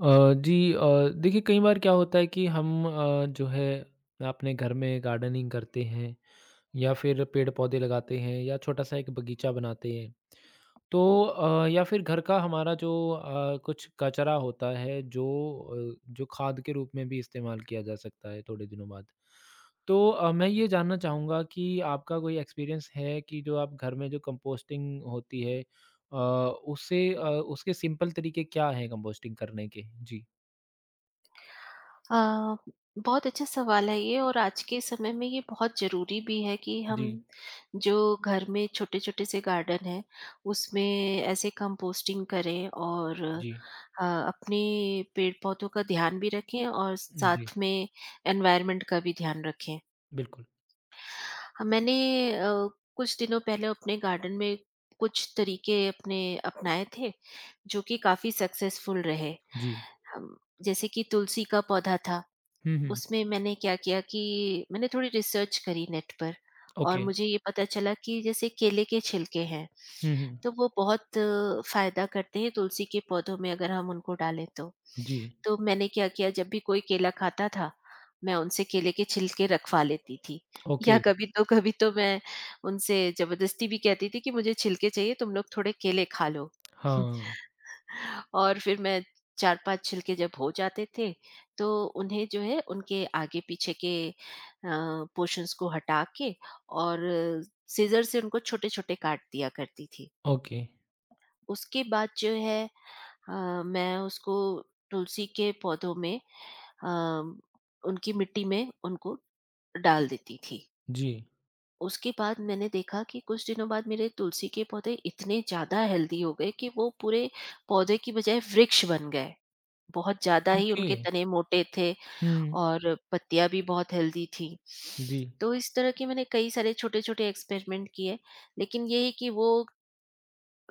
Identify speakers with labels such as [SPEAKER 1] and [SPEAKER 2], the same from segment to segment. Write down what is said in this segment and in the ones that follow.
[SPEAKER 1] जी देखिए कई बार क्या होता है कि हम जो है अपने घर में गार्डनिंग करते हैं या फिर पेड़ पौधे लगाते हैं, या छोटा सा एक बगीचा बनाते हैं। तो या फिर घर का हमारा जो कुछ कचरा होता है, जो खाद के रूप में भी इस्तेमाल किया जा सकता है थोड़े दिनों बाद। तो मैं ये जानना चाहूँगा कि आपका कोई एक्सपीरियंस है कि जो आप घर में जो कंपोस्टिंग होती है, उससे उसके सिंपल तरीके क्या हैं कंपोस्टिंग करने के। जी।
[SPEAKER 2] अ, बहुत अच्छा सवाल है ये और आज के समय में ये बहुत ज़रूरी भी है कि हम
[SPEAKER 1] जी,
[SPEAKER 2] जो घर में छोटे-छोटे से गार्डन हैं, उसमें ऐसे कंपोस्टिंग करें और
[SPEAKER 1] जी,
[SPEAKER 2] अपने पेड़-पौधों का ध्यान भी रखें और
[SPEAKER 1] जी,
[SPEAKER 2] साथ में एनवायरनमेंट का भी ध्यान रखें।
[SPEAKER 1] बिल्कुल,
[SPEAKER 2] मैंने अ, कुछ दिनों पहले अपने गार्डन में कुछ तरीके अपने अपनाए थे, जो कि काफ़ी सक्सेसफुल रहे।
[SPEAKER 1] जी।
[SPEAKER 2] हम जैसे कि तुलसी का पौधा था।
[SPEAKER 1] हुँ, हुँ,
[SPEAKER 2] उसमें मैंने क्या किया कि मैंने थोड़ी रिसर्च करी नेट पर और
[SPEAKER 1] ओके,
[SPEAKER 2] मुझे ये पता चला कि जैसे केले के छिलके हैं,
[SPEAKER 1] हुँ, हुँ,
[SPEAKER 2] तो वो बहुत फ़ायदा करते हैं तुलसी के पौधों में अगर हम उनको डालें तो।
[SPEAKER 1] जी,
[SPEAKER 2] तो मैंने क्या किया जब भी कोई केला खाता था, मैं उनसे केले के छिलके रखवा लेती थी या
[SPEAKER 1] ओके,
[SPEAKER 2] कभी तो कभी तो मैं उनसे ज़बरदस्ती भी कहती थी कि मुझे छिलके चाहिए तुम लोग थोड़े केले खा लो।
[SPEAKER 1] हाँ,
[SPEAKER 2] और फिर मैं 4-5 छिलके जब हो जाते थे, तो उन्हें जो है उनके आगे-पीछे के पोर्शन्स को हटा के और सीज़र से उनको छोटे-छोटे काट दिया करती थी।
[SPEAKER 1] ओके,
[SPEAKER 2] उसके बाद जो है, मैं उसको तुलसी के पौधों में, अ, उनकी मिट्टी में उनको डाल देती थी।
[SPEAKER 1] जी,
[SPEAKER 2] उसके बाद मैंने देखा कि कुछ दिनों बाद मेरे तुलसी के पौधे इतने ज़्यादा हेल्दी हो गए कि वो पूरे पौधे की बजाय वृक्ष बन गए। बहुत ज़्यादा ही
[SPEAKER 1] ओके,
[SPEAKER 2] उनके तने मोटे थे
[SPEAKER 1] हुँ,
[SPEAKER 2] और पत्तियाँ भी बहुत हेल्दी थीं।
[SPEAKER 1] जी,
[SPEAKER 2] तो इस तरह के मैंने कई सारे छोटे-छोटे एक्सपेरिमेंट किए, लेकिन ये है कि वो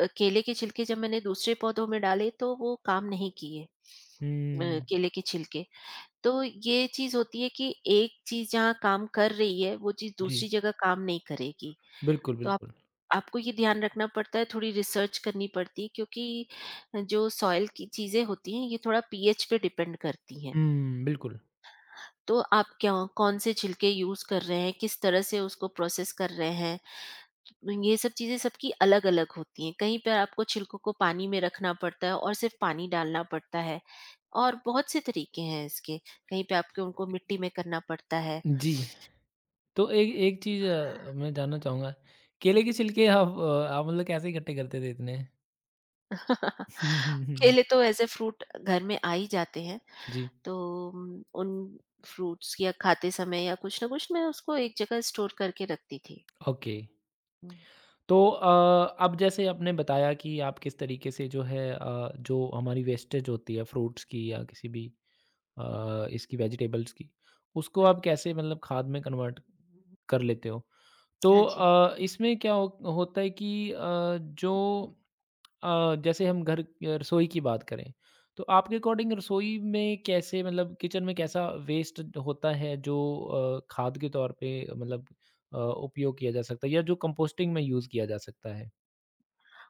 [SPEAKER 2] केले के छिलके जब मैंने दूसरे पौधों में डाले तो वो काम नहीं किए,
[SPEAKER 1] हुँ,
[SPEAKER 2] केले के छिलके। तो ये चीज़ होती है कि एक चीज़ जहाँ काम कर रही है, वो चीज़
[SPEAKER 1] जी,
[SPEAKER 2] दूसरी जगह काम नहीं करेगी।
[SPEAKER 1] बिल्कुल,
[SPEAKER 2] तो आप
[SPEAKER 1] बिल्कुल,
[SPEAKER 2] आपको ये ध्यान रखना पड़ता है, थोड़ी रिसर्च करनी पड़ती है क्योंकि जो सॉइल की चीज़ें होती हैं, ये थोड़ा पीएच पे डिपेंड करती हैं।
[SPEAKER 1] हुँ, बिल्कुल,
[SPEAKER 2] तो आप क्या कौन से छिलके यूज़ कर रहे हैं, किस तरह से उसको प्रोसेस कर रहे हैं, तो ये सब चीज़ें सबकी अलग-अलग होती हैं। कहीं पर आपको छिलकों को पानी में रखना पड़ता है और सिर्फ़ पानी डालना पड़ता है और बहुत से तरीके हैं इसके। कहीं पे आपको उनको मिट्टी में करना पड़ता है।
[SPEAKER 1] जी। तो एक एक चीज़ मैं जानना चाहूँगा, केले के छिलके आप मतलब कैसे इकट्ठे करते थे इतने?
[SPEAKER 2] केले तो एज़ अ फ्रूट घर में आ ही जाते हैं,
[SPEAKER 1] जी।
[SPEAKER 2] तो उन फ्रूट्स या खाते समय या कुछ ना कुछ मैं उसको एक जगह स्टोर करके रखती थी।
[SPEAKER 1] ओके।
[SPEAKER 2] हुँ,
[SPEAKER 1] तो अब जैसे आपने बताया कि आप किस तरीके से जो है, जो हमारी वेस्टेज होती है फ्रूट्स की या किसी भी, इसकी वेजिटेबल्स की, उसको
[SPEAKER 2] हुँ।
[SPEAKER 1] आप कैसे मतलब खाद में कन्वर्ट कर लेते हो। तो
[SPEAKER 2] हाँ जी।
[SPEAKER 1] इसमें क्या हो होता है कि जो जैसे हम घर रसोई की बात करें, तो आपके अकॉर्डिंग रसोई में कैसे, मतलब किचन में कैसा वेस्ट होता है, जो खाद के तौर पे मतलब उपयोग किया जा सकता है या जो कंपोस्टिंग में यूज़ किया जा सकता है?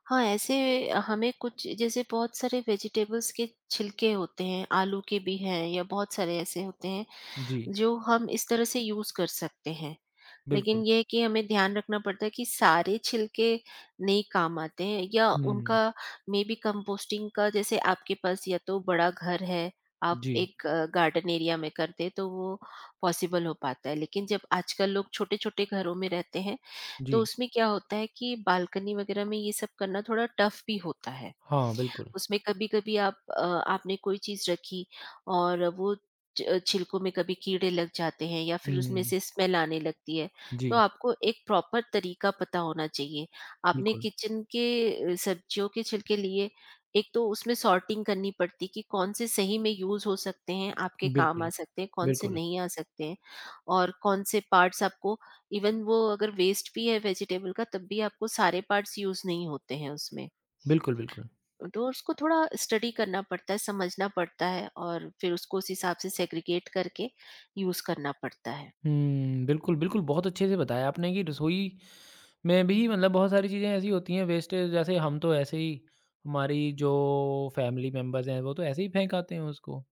[SPEAKER 2] हाँ, ऐसे हमें कुछ जैसे बहुत सारे वेजिटेबल्स के छिलके होते हैं, आलू के भी हैं या बहुत सारे ऐसे होते हैं,
[SPEAKER 1] जी,
[SPEAKER 2] जो हम इस तरह से यूज़ कर सकते हैं।
[SPEAKER 1] बिल्कुल।
[SPEAKER 2] लेकिन ये है कि हमें ध्यान रखना पड़ता है कि सारे छिलके नहीं काम आते हैं या
[SPEAKER 1] हुँ,
[SPEAKER 2] उनका मे बी कंपोस्टिंग का जैसे आपके पास या तो बड़ा घर है, आप
[SPEAKER 1] जी,
[SPEAKER 2] एक गार्डन एरिया में करते तो वो पॉसिबल हो पाता है, लेकिन जब आजकल लोग छोटे छोटे घरों में रहते हैं,
[SPEAKER 1] जी।
[SPEAKER 2] तो उसमें क्या होता है कि बालकनी वगैरह में ये सब करना थोड़ा टफ भी होता है।
[SPEAKER 1] हाँ, बिल्कुल।
[SPEAKER 2] उसमें कभी-कभी आपने कोई चीज़ रखी और वो च छिलकों में कभी कीड़े लग जाते हैं या फिर उसमें
[SPEAKER 1] हुँ,
[SPEAKER 2] से स्मेल आने लगती है, तो
[SPEAKER 1] जी,
[SPEAKER 2] आपको एक प्रॉपर तरीका पता होना चाहिए। आपने
[SPEAKER 1] बिल्कुल,
[SPEAKER 2] किचन के, सब्जियों के छिलके लिए, एक तो उसमें सॉर्टिंग करनी पड़ती कि कौन से सही में यूज़ हो सकते हैं, आपके काम आ
[SPEAKER 1] बिल्कुल,
[SPEAKER 2] सकते हैं, कौन से
[SPEAKER 1] बिल्कुल,
[SPEAKER 2] नहीं आ सकते हैं और कौन से पार्ट्स आपको, इवन वो अगर वेस्ट भी है वेजिटेबल का तब भी आपको सारे पार्ट्स यूज़ नहीं होते हैं उसमें।
[SPEAKER 1] बिल्कुल, बिल्कुल।
[SPEAKER 2] तो उसको थोड़ा स्टडी करना पड़ता है, समझना पड़ता है और फिर उसको उस हिसाब से सेग्रीगेट करके यूज़ करना पड़ता है।
[SPEAKER 1] हुँ, बिल्कुल, बिल्कुल, बहुत अच्छे से बताया आपने कि रसोई में भी मतलब बहुत सारी चीज़ें ऐसी होती हैं वेस्टेज, जैसे हम तो ऐसे ही हमारी जो फैमिली मेंबर्स हैं वो तो ऐसे ही फेंक आते हैं उसको।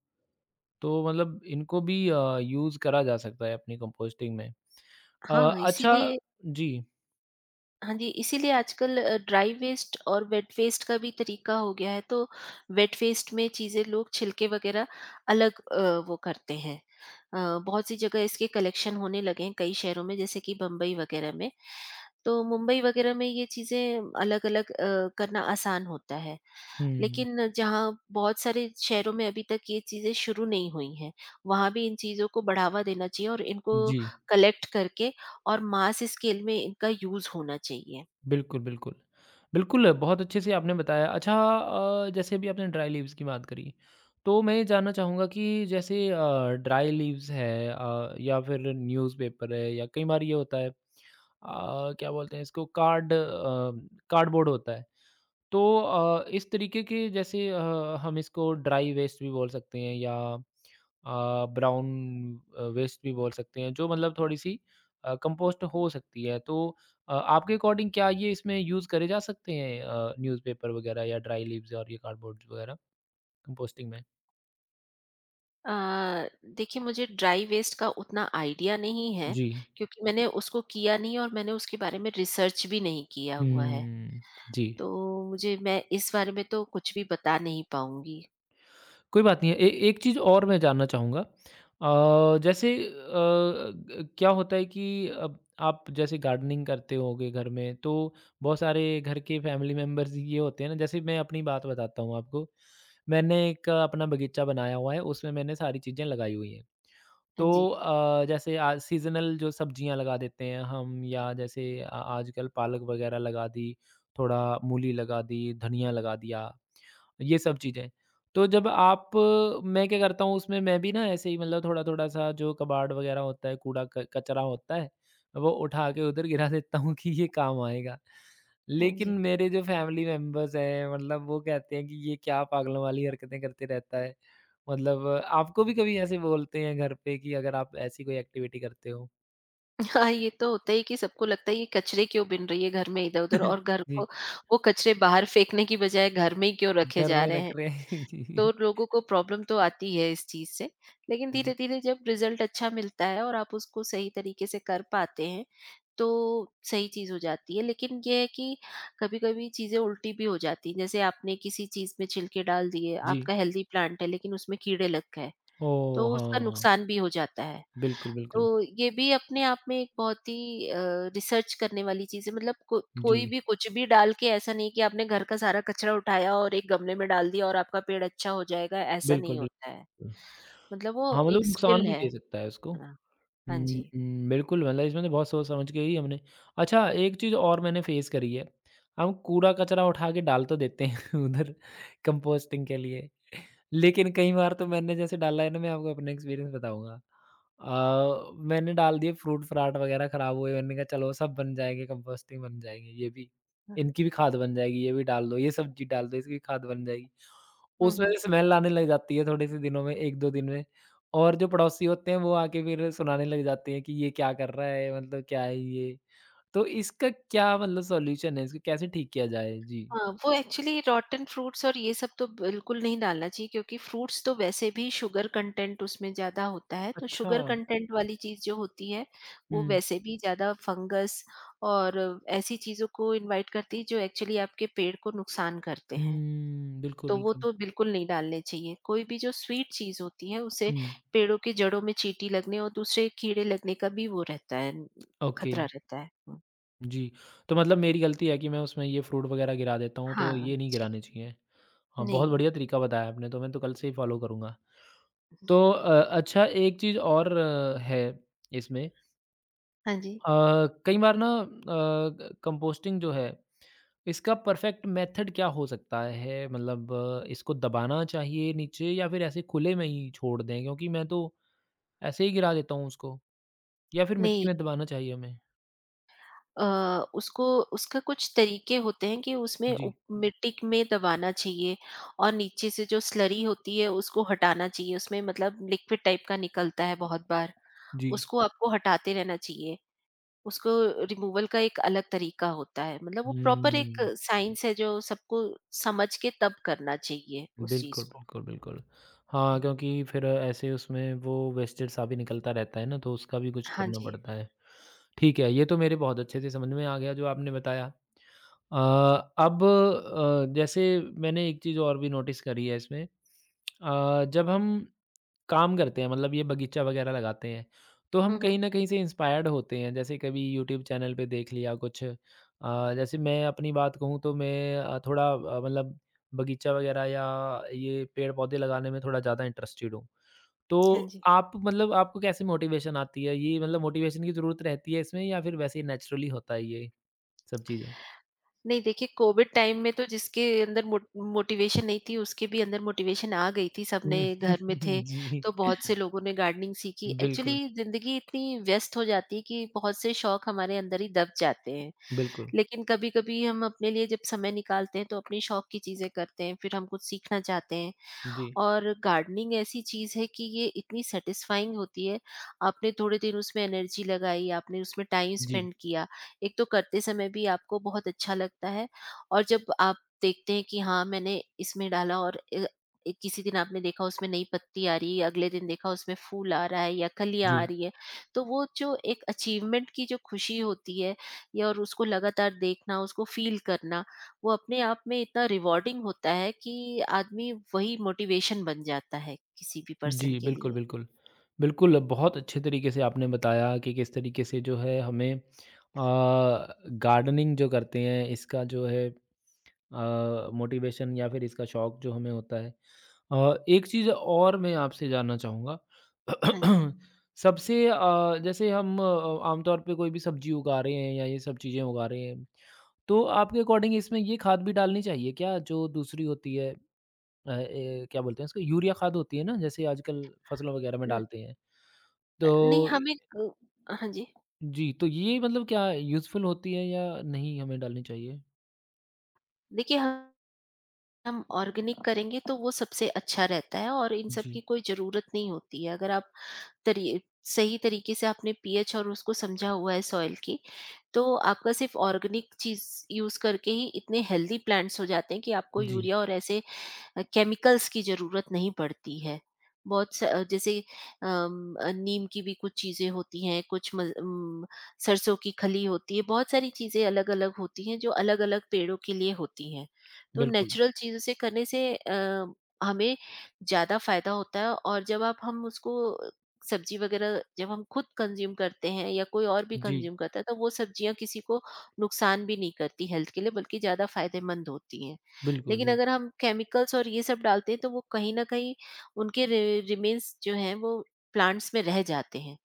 [SPEAKER 1] तो मतलब इनको भी यूज़ करा जा सकता है अपनी कंपोस्टिंग में। अ,
[SPEAKER 2] हाँ,
[SPEAKER 1] अच्छा।
[SPEAKER 2] इसीलिए
[SPEAKER 1] जी।
[SPEAKER 2] हाँ जी, इसीलिए आजकल ड्राई वेस्ट और वेट वेस्ट का भी तरीका हो गया है, तो वेट वेस्ट में चीज़ें लोग छिलके वगैरह अलग, वो करते हैं। बहुत सी जगह इसके कलेक्शन होने लगे हैं कई शहरों में, जैसे कि बम्बई वगैरह में। तो मुंबई वगैरह में ये चीज़ें अलग-अलग करना आसान होता है।
[SPEAKER 1] हुँ,
[SPEAKER 2] लेकिन जहाँ बहुत सारे शहरों में अभी तक ये चीज़ें शुरू नहीं हुई हैं, वहाँ भी इन चीज़ों को बढ़ावा देना चाहिए और इनको
[SPEAKER 1] जी।
[SPEAKER 2] कलेक्ट करके और मास स्केल में इनका यूज़ होना चाहिए।
[SPEAKER 1] बिल्कुल, बिल्कुल। बिल्कुल, बहुत अच्छे से आपने बताया। अच्छा जैसे अभी आपने ड्राई लीव्स की बात करी, तो मैं ये जानना चाहूँगा कि जैसे ड्राई लीव्स है, या फिर न्यूज़पेपर है या कई बार ये होता है, अ, क्या बोलते हैं इसको, कार्डबोर्ड होता है। तो इस तरीके के, जैसे हम इसको ड्राई वेस्ट भी बोल सकते हैं या ब्राउन वेस्ट भी बोल सकते हैं, जो मतलब थोड़ी-सी कंपोस्ट हो सकती है। तो आपके अकॉर्डिंग क्या ये इसमें यूज़ करे जा सकते हैं, न्यूज़पेपर वगैरह या ड्राई लीव्स और ये कार्डबोर्ड्स वगैरह कंपोस्टिंग में?
[SPEAKER 2] अ, देखिए, मुझे ड्राई वेस्ट का उतना आइडिया नहीं है
[SPEAKER 1] जी।
[SPEAKER 2] क्योंकि मैंने उसको किया नहीं और मैंने उसके बारे में रिसर्च भी नहीं किया हुआ है।
[SPEAKER 1] हुँ, जी।
[SPEAKER 2] तो मुझे मैं इस बारे में तो कुछ भी बता नहीं पाऊँगी।
[SPEAKER 1] कोई बात नहीं है। ए एक चीज़ और मैं जानना चाहूँगा, जैसे ग क्या होता है कि अब आप जैसे गार्डनिंग करते होगे घर में, तो बहुत सारे घर के फैमिली मेंबर्स ये होते हैं ना, जैसे मैं अपनी बात बताता हूँ आपको। मैंने एक अपना बगीचा बनाया हुआ है, उसमें मैंने सारी चीज़ें लगाई हुई हैं। तो
[SPEAKER 2] हाँ जी,
[SPEAKER 1] जैसे आज सीज़नल जो सब्जियाँ लगा देते हैं हम, या जैसे आ आजकल पालक वगैरह लगा दी, थोड़ा मूली लगा दी, धनिया लगा दिया, ये सब चीज़ें। तो जब आप मैं क्या करता हूँ उसमें, मैं भी ना ऐसे ही मतलब थोड़ा-थोड़ा सा, जो कबाड़ वग़ैरह होता है, कूड़ा क कचरा होता है, वो उठा के उधर गिरा देता हूँ कि ये काम आएगा।
[SPEAKER 2] हाँ
[SPEAKER 1] लेकिन
[SPEAKER 2] जी।
[SPEAKER 1] मेरे जो फैमिली मेंबर्स हैं मतलब वो कहते हैं कि ये क्या पागलों वाली हरकतें करते रहता है। मतलब आपको भी कभी ऐसे बोलते हैं घर पे कि अगर आप ऐसी कोई एक्टिविटी करते हो?
[SPEAKER 2] हाँ, ये तो होता ही कि सबको लगता है ये कचरे क्यों बिन रही है घर में इधर-उधर और घर को,
[SPEAKER 1] जी,
[SPEAKER 2] वो कचरे बाहर फेंकने की बजाय घर में ही क्यों रखे
[SPEAKER 1] घर
[SPEAKER 2] जा
[SPEAKER 1] में
[SPEAKER 2] रहे हैं।
[SPEAKER 1] रख रहे हैं जी,
[SPEAKER 2] तो लोगों को प्रॉब्लम तो आती है इस चीज़ से, लेकिन
[SPEAKER 1] जी।
[SPEAKER 2] धीरे-धीरे जब रिज़ल्ट अच्छा मिलता है और आप उसको सही तरीके से कर पाते हैं, तो सही चीज़ हो जाती है। लेकिन ये है कि कभी-कभी चीज़ें उल्टी भी हो जाती हैं। जैसे आपने किसी चीज़ में छिलके डाल दिए,
[SPEAKER 1] जी।
[SPEAKER 2] आपका हेल्दी प्लांट है लेकिन उसमें कीड़े लग गए, तो
[SPEAKER 1] ओह!
[SPEAKER 2] उसका
[SPEAKER 1] हाँ,
[SPEAKER 2] नुकसान भी हो जाता है।
[SPEAKER 1] बिल्कुल, बिल्कुल।
[SPEAKER 2] तो ये भी अपने आप में एक बहुत ही, रिसर्च करने वाली चीज़ है, मतलब को
[SPEAKER 1] जी।
[SPEAKER 2] कोई भी कुछ भी डाल के ऐसा नहीं कि आपने घर का सारा कचरा उठाया और एक गमले में डाल दिया और आपका पेड़ अच्छा हो जाएगा, ऐसा
[SPEAKER 1] बिल्कुल,
[SPEAKER 2] नहीं होता है।
[SPEAKER 1] बिल्कुल।
[SPEAKER 2] मतलब वो
[SPEAKER 1] हाँ,
[SPEAKER 2] एक
[SPEAKER 1] मतलब नुकसान
[SPEAKER 2] स्किल
[SPEAKER 1] भी
[SPEAKER 2] है।
[SPEAKER 1] दे सकता है उसको।
[SPEAKER 2] हाँ, हाँ
[SPEAKER 1] हुँ,
[SPEAKER 2] जी।
[SPEAKER 1] हुँ, बिल्कुल, मतलब इसमें तो बहुत सोच समझ के ही हमने। अच्छा, एक चीज़ और मैंने फेस करी है, हम कूड़ा-कचरा उठा के डाल तो देते हैं उधर कंपोस्टिंग के लिए। लेकिन कई बार तो मैंने जैसे डाला है ना, मैं आपको अपना एक्सपीरियंस बताऊँगा। मैंने डाल दिए फ्रूट फ्राट वगैरह खराब हुए, मैंने कहा चलो सब बन जाएँगे, कंपोस्टिंग बन जाएँगे ये भी,
[SPEAKER 2] हुँ,
[SPEAKER 1] इनकी भी खाद बन जाएगी, ये भी डाल दो, ये सब्ज़ी डाल दो, इसकी भी खाद बन जाएगी।
[SPEAKER 2] हुँ,
[SPEAKER 1] उसमें
[SPEAKER 2] हुँ।
[SPEAKER 1] से स्मेल आने लग जाती है थोड़े से दिनों में, 1-2 दिन में, और जो पड़ोसी होते हैं वो आके फिर सुनाने लग जाते हैं कि ये क्या कर रहा है, मतलब क्या है ये? तो इसका क्या मतलब सॉल्यूशन है, इसको कैसे ठीक किया जाए? जी।
[SPEAKER 2] हाँ, वो एक्चुअली रॉटन फ्रूट्स और ये सब तो बिल्कुल नहीं डालना चाहिए, क्योंकि फ्रूट्स तो वैसे भी शुगर कंटेंट उसमें ज़्यादा होता है, तो
[SPEAKER 1] अच्छा।
[SPEAKER 2] शुगर कंटेंट वाली चीज़ जो होती है, वो
[SPEAKER 1] हुँ।
[SPEAKER 2] वैसे भी ज़्यादा फंगस और ऐसी चीज़ों को इनवाइट करती है जो एक्चुअली आपके पेड़ को नुकसान करते हैं।
[SPEAKER 1] हुँ, बिल्कुल,
[SPEAKER 2] तो वो
[SPEAKER 1] बिल्कुल।
[SPEAKER 2] तो बिल्कुल नहीं डालने चाहिए, कोई भी जो स्वीट चीज़ होती है उसे,
[SPEAKER 1] हुँ।
[SPEAKER 2] पेड़ों की जड़ों में चींटी लगने और दूसरे कीड़े लगने का भी वो रहता है
[SPEAKER 1] ओके,
[SPEAKER 2] खतरा रहता है।
[SPEAKER 1] जी। तो मतलब मेरी गलती है कि मैं उसमें ये फ्रूट वग़ैरह गिरा देता हूँ, तो
[SPEAKER 2] हाँ
[SPEAKER 1] ये नहीं
[SPEAKER 2] जी।
[SPEAKER 1] गिराने चाहिए। हाँ, बहुत
[SPEAKER 2] नहीं।
[SPEAKER 1] बढ़िया तरीका बताया आपने, तो मैं तो कल से ही फ़ॉलो करूँगा। तो अच्छा, एक चीज़ और है इसमें,
[SPEAKER 2] हाँ जी।
[SPEAKER 1] अ, कई बार ना कंपोस्टिंग जो है, इसका परफ़ेक्ट मेथड क्या हो सकता है? मतलब इसको दबाना चाहिए नीचे, या फिर ऐसे खुले में ही छोड़ दें? क्योंकि मैं तो ऐसे ही गिरा देता हूँ उसको, या फिर मिट्टी
[SPEAKER 2] नहीं।
[SPEAKER 1] में दबाना चाहिए हमें?
[SPEAKER 2] उसको उसका कुछ तरीके होते हैं कि उसमें
[SPEAKER 1] जी,
[SPEAKER 2] मिट्टी में दबाना चाहिए और नीचे से जो स्लरी होती है उसको हटाना चाहिए, उसमें मतलब लिक्विड टाइप का निकलता है बहुत बार,
[SPEAKER 1] जी।
[SPEAKER 2] उसको आपको हटाते रहना चाहिए, उसको रिमूवल का एक अलग तरीका होता है, मतलब वो प्रॉपर एक
[SPEAKER 1] हुँ।
[SPEAKER 2] साइंस है जो सबको समझ के तब करना चाहिए उस
[SPEAKER 1] बिल्कुल,
[SPEAKER 2] चीज को।
[SPEAKER 1] बिल्कुल, बिल्कुल। हाँ, क्योंकि फिर ऐसे उसमें वो वेस्टेज सा भी निकलता रहता है ना, तो उसका भी कुछ
[SPEAKER 2] हाँ
[SPEAKER 1] करना
[SPEAKER 2] जी।
[SPEAKER 1] पड़ता है। ठीक है, ये तो मेरे बहुत अच्छे से समझ में आ गया जो आपने बताया। अ, अब जैसे मैंने एक चीज़ और भी नोटिस करी है इसमें, जब हम काम करते हैं मतलब ये बगीचा वगैरह लगाते हैं। तो हम
[SPEAKER 2] हम्म।
[SPEAKER 1] कहीं
[SPEAKER 2] हम्म।
[SPEAKER 1] न कहीं से इंस्पायर्ड होते हैं, जैसे कभी यूट्यूब चैनल पे देख लिया कुछ। जैसे मैं अपनी बात कहूँ, तो मैं थोड़ा मतलब बगीचा वगैरह या ये पेड़-पौधे लगाने में थोड़ा ज़्यादा इंटरेस्टेड हूँ। तो
[SPEAKER 2] हाँ जी।
[SPEAKER 1] आप मतलब आपको कैसे मोटिवेशन आती है? ये मतलब मोटिवेशन की ज़रूरत रहती है इसमें, या फिर वैसे ही नेचुरली होता है ये सब चीज़ें?
[SPEAKER 2] नहीं, देखिए, कोविड टाइम में तो जिसके अंदर मो मोटिवेशन नहीं थी उसके भी अंदर मोटिवेशन आ गई थी, सबने
[SPEAKER 1] हुँ,
[SPEAKER 2] घर में थे।
[SPEAKER 1] जी,
[SPEAKER 2] तो बहुत से लोगों ने गार्डनिंग सीखी, एक्चुअली
[SPEAKER 1] बिल्कुल,
[SPEAKER 2] जिंदगी इतनी व्यस्त हो जाती है कि बहुत से शौक हमारे अंदर ही दब जाते हैं।
[SPEAKER 1] बिल्कुल।
[SPEAKER 2] लेकिन कभी कभी हम अपने लिए जब समय निकालते हैं तो अपनी शौक की चीजें करते हैं, फिर हम कुछ सीखना चाहते हैं।
[SPEAKER 1] जी,
[SPEAKER 2] और गार्डनिंग ऐसी चीज़ है कि ये इतनी सैटिस्फाइंग होती है, आपने थोड़े दिन उसमें एनर्जी लगाई, आपने उसमें टाइम
[SPEAKER 1] जी,
[SPEAKER 2] स्पेंड किया। एक तो करते समय भी आपको बहुत अच्छा लगता है और जब आप देखते हैं कि हाँ, मैंने इसमें डाला और, अ, ए किसी दिन आपने देखा उसमें नई पत्ती आ रही है, अगले दिन देखा उसमें फूल आ रहा है या कलियाँ
[SPEAKER 1] जी।
[SPEAKER 2] आ रही है। तो वो जो एक अचीवमेंट की जो खुशी होती है या और उसको लगातार देखना, उसको फ़ील करना, वो अपने आप में इतना रिवॉर्डिंग होता है कि आदमी वही मोटिवेशन बन जाता है किसी भी पर्सन
[SPEAKER 1] जी,
[SPEAKER 2] के
[SPEAKER 1] बिल्कुल,
[SPEAKER 2] लिए।
[SPEAKER 1] बिल्कुल। बिल्कुल, बहुत अच्छे तरीके से आपने बताया कि किस तरीके से जो है हमें अ, गार्डनिंग जो करते हैं, इसका जो है मोटिवेशन या फिर इसका शौक जो हमें होता है। एक चीज़ और मैं आपसे जानना चाहूँगा।
[SPEAKER 2] हाँ जी।
[SPEAKER 1] जैसे हम आमतौर पे कोई भी सब्ज़ी उगा रहे हैं या ये सब चीज़ें उगा रहे हैं, तो आपके अकॉर्डिंग इसमें ये खाद भी डालनी चाहिए क्या जो दूसरी होती है? क्या बोलते हैं इसको, यूरिया खाद होती है ना जैसे आजकल फसलों वगैरह में
[SPEAKER 2] न,
[SPEAKER 1] डालते हैं। तो
[SPEAKER 2] नहीं हमें क हाँ जी।
[SPEAKER 1] जी, तो ये मतलब क्या यूज़फुल होती है या नहीं हमें डालनी चाहिए?
[SPEAKER 2] देखिए हम ऑर्गेनिक करेंगे तो वो सबसे अच्छा रहता है और इन सब
[SPEAKER 1] जी।
[SPEAKER 2] की कोई ज़रूरत नहीं होती है। अगर आप तरी सही तरीके से आपने पीएच और उसको समझा हुआ है सॉइल की, तो आपका सिर्फ़ ऑर्गेनिक चीज़ यूज़ करके ही इतने हेल्दी प्लांट्स हो जाते हैं कि आपको
[SPEAKER 1] जी,
[SPEAKER 2] यूरिया और ऐसे केमिकल्स की ज़रूरत नहीं पड़ती है। जैसे नीम की भी कुछ चीज़ें होती हैं, कुछ सरसों की खली होती है, बहुत सारी चीज़ें अलग-अलग होती हैं, जो अलग-अलग पेड़ों के लिए होती हैं। तो
[SPEAKER 1] बिल्कुल।
[SPEAKER 2] नेचुरल चीज़ों से करने से, हमें ज़्यादा फ़ायदा होता है और जब आप हम उसको सब्ज़ी वग़ैरह, जब हम खुद कंज़्यूम करते हैं या कोई और भी
[SPEAKER 1] जी,
[SPEAKER 2] कंज़्यूम करता है, तो वो सब्ज़ियाँ किसी को नुकसान भी नहीं करती हेल्थ के लिए, बल्कि ज़्यादा फ़ायदेमंद होती हैं।
[SPEAKER 1] बिल्कुल,
[SPEAKER 2] लेकिन
[SPEAKER 1] बिल
[SPEAKER 2] अगर हम केमिकल्स और ये सब डालते हैं, तो वो कहीं न कहीं उनके रि रिमेन्स जो हैं वो प्लांट्स में रह जाते हैं।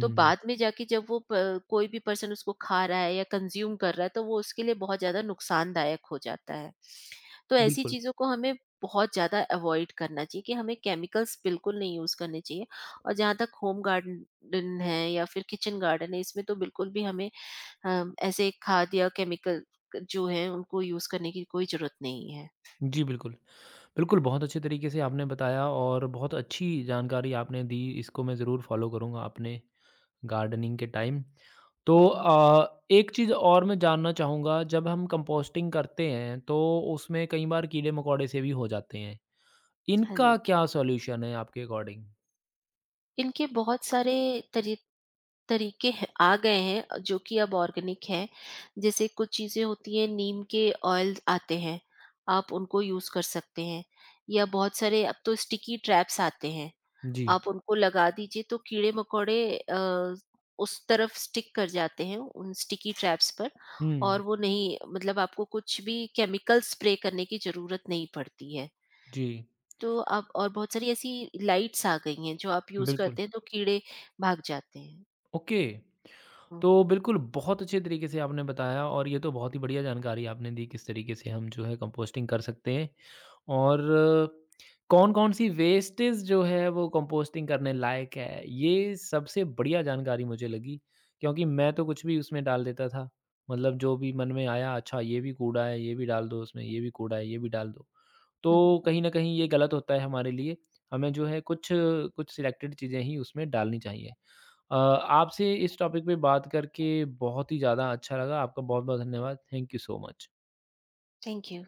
[SPEAKER 2] तो बाद में जाके जब वो, प कोई भी पर्सन उसको खा रहा है या कंज़्यूम कर रहा है, तो वो उसके लिए बहुत ज़्यादा नुकसानदायक हो जाता है। तो ऐसी
[SPEAKER 1] बिल्कुल।
[SPEAKER 2] चीज़ों को हमें बहुत ज़्यादा अवॉइड करना चाहिए, कि हमें केमिकल्स बिल्कुल नहीं यूज़ करने चाहिए और जहाँ तक होम गार्डन है या फिर किचन गार्डन है, इसमें तो बिल्कुल भी हमें, ऐसे खाद या केमिकल जो हैं उनको यूज़ करने की कोई ज़रूरत नहीं है।
[SPEAKER 1] जी, बिल्कुल। बिल्कुल, बहुत अच्छे तरीके से आपने बताया और बहुत अच्छी जानकारी आपने दी, इसको मैं ज़रूर फ़ॉलो करूँगा आपने गार्डनिंग के टाइम। तो
[SPEAKER 2] हुँ, हुँ।
[SPEAKER 1] एक चीज़ और मैं जानना चाहूँगा, जब हम कंपोस्टिंग करते हैं तो उसमें कई बार कीड़े-मकोड़े से भी हो जाते हैं।
[SPEAKER 2] हाँ
[SPEAKER 1] इनका
[SPEAKER 2] जी।
[SPEAKER 1] क्या सॉल्यूशन है आपके अकॉर्डिंग?
[SPEAKER 2] इनके बहुत सारे तरी तरीके हैं, आ गए हैं जो कि अब ऑर्गेनिक हैं। जैसे कुछ चीज़ें होती हैं, नीम के ऑयल आते हैं, आप उनको यूज़ कर सकते हैं, या बहुत सारे अब तो स्टिकी ट्रैप्स आते हैं,
[SPEAKER 1] जी।
[SPEAKER 2] आप उनको लगा दीजिए तो कीड़े-मकोड़े, उस तरफ स्टिक कर जाते हैं उन स्टिकी ट्रैप्स पर
[SPEAKER 1] हुँ।
[SPEAKER 2] और वो नहीं, मतलब आपको कुछ भी केमिकल स्प्रे करने की ज़रूरत नहीं पड़ती है।
[SPEAKER 1] जी,
[SPEAKER 2] तो अब और बहुत सारी ऐसी लाइट्स आ गई हैं जो आप यूज़
[SPEAKER 1] बिल्कुल।
[SPEAKER 2] करते हैं तो कीड़े भाग जाते हैं।
[SPEAKER 1] ओके।
[SPEAKER 2] हुँ।
[SPEAKER 1] तो बिल्कुल, बहुत अच्छे तरीके से आपने बताया और ये तो बहुत ही बढ़िया जानकारी आपने दी किस तरीके से हम जो है कंपोस्टिंग कर सकते हैं। और कौन-कौन सी वेस्टेज जो है वो कंपोस्टिंग करने लायक है, ये सबसे बढ़िया जानकारी मुझे लगी। क्योंकि मैं तो कुछ भी उसमें डाल देता था। मतलब जो भी मन में आया, अच्छा ये भी कूड़ा है, ये भी डाल दो उसमें, ये भी कूड़ा है, ये भी डाल दो।
[SPEAKER 2] हुँ, हुँ।
[SPEAKER 1] तो कहीं न कहीं ये गलत होता है हमारे लिए। हमें जो है कुछ कुछ सिलेक्टेड चीज़ें ही उसमें डालनी चाहिए। आपसे इस टॉपिक पे बात करके बहुत ही ज़्यादा अच्छा लगा। आपका बहुत-बहुत धन्यवाद। Thank you so much.
[SPEAKER 2] Thank you.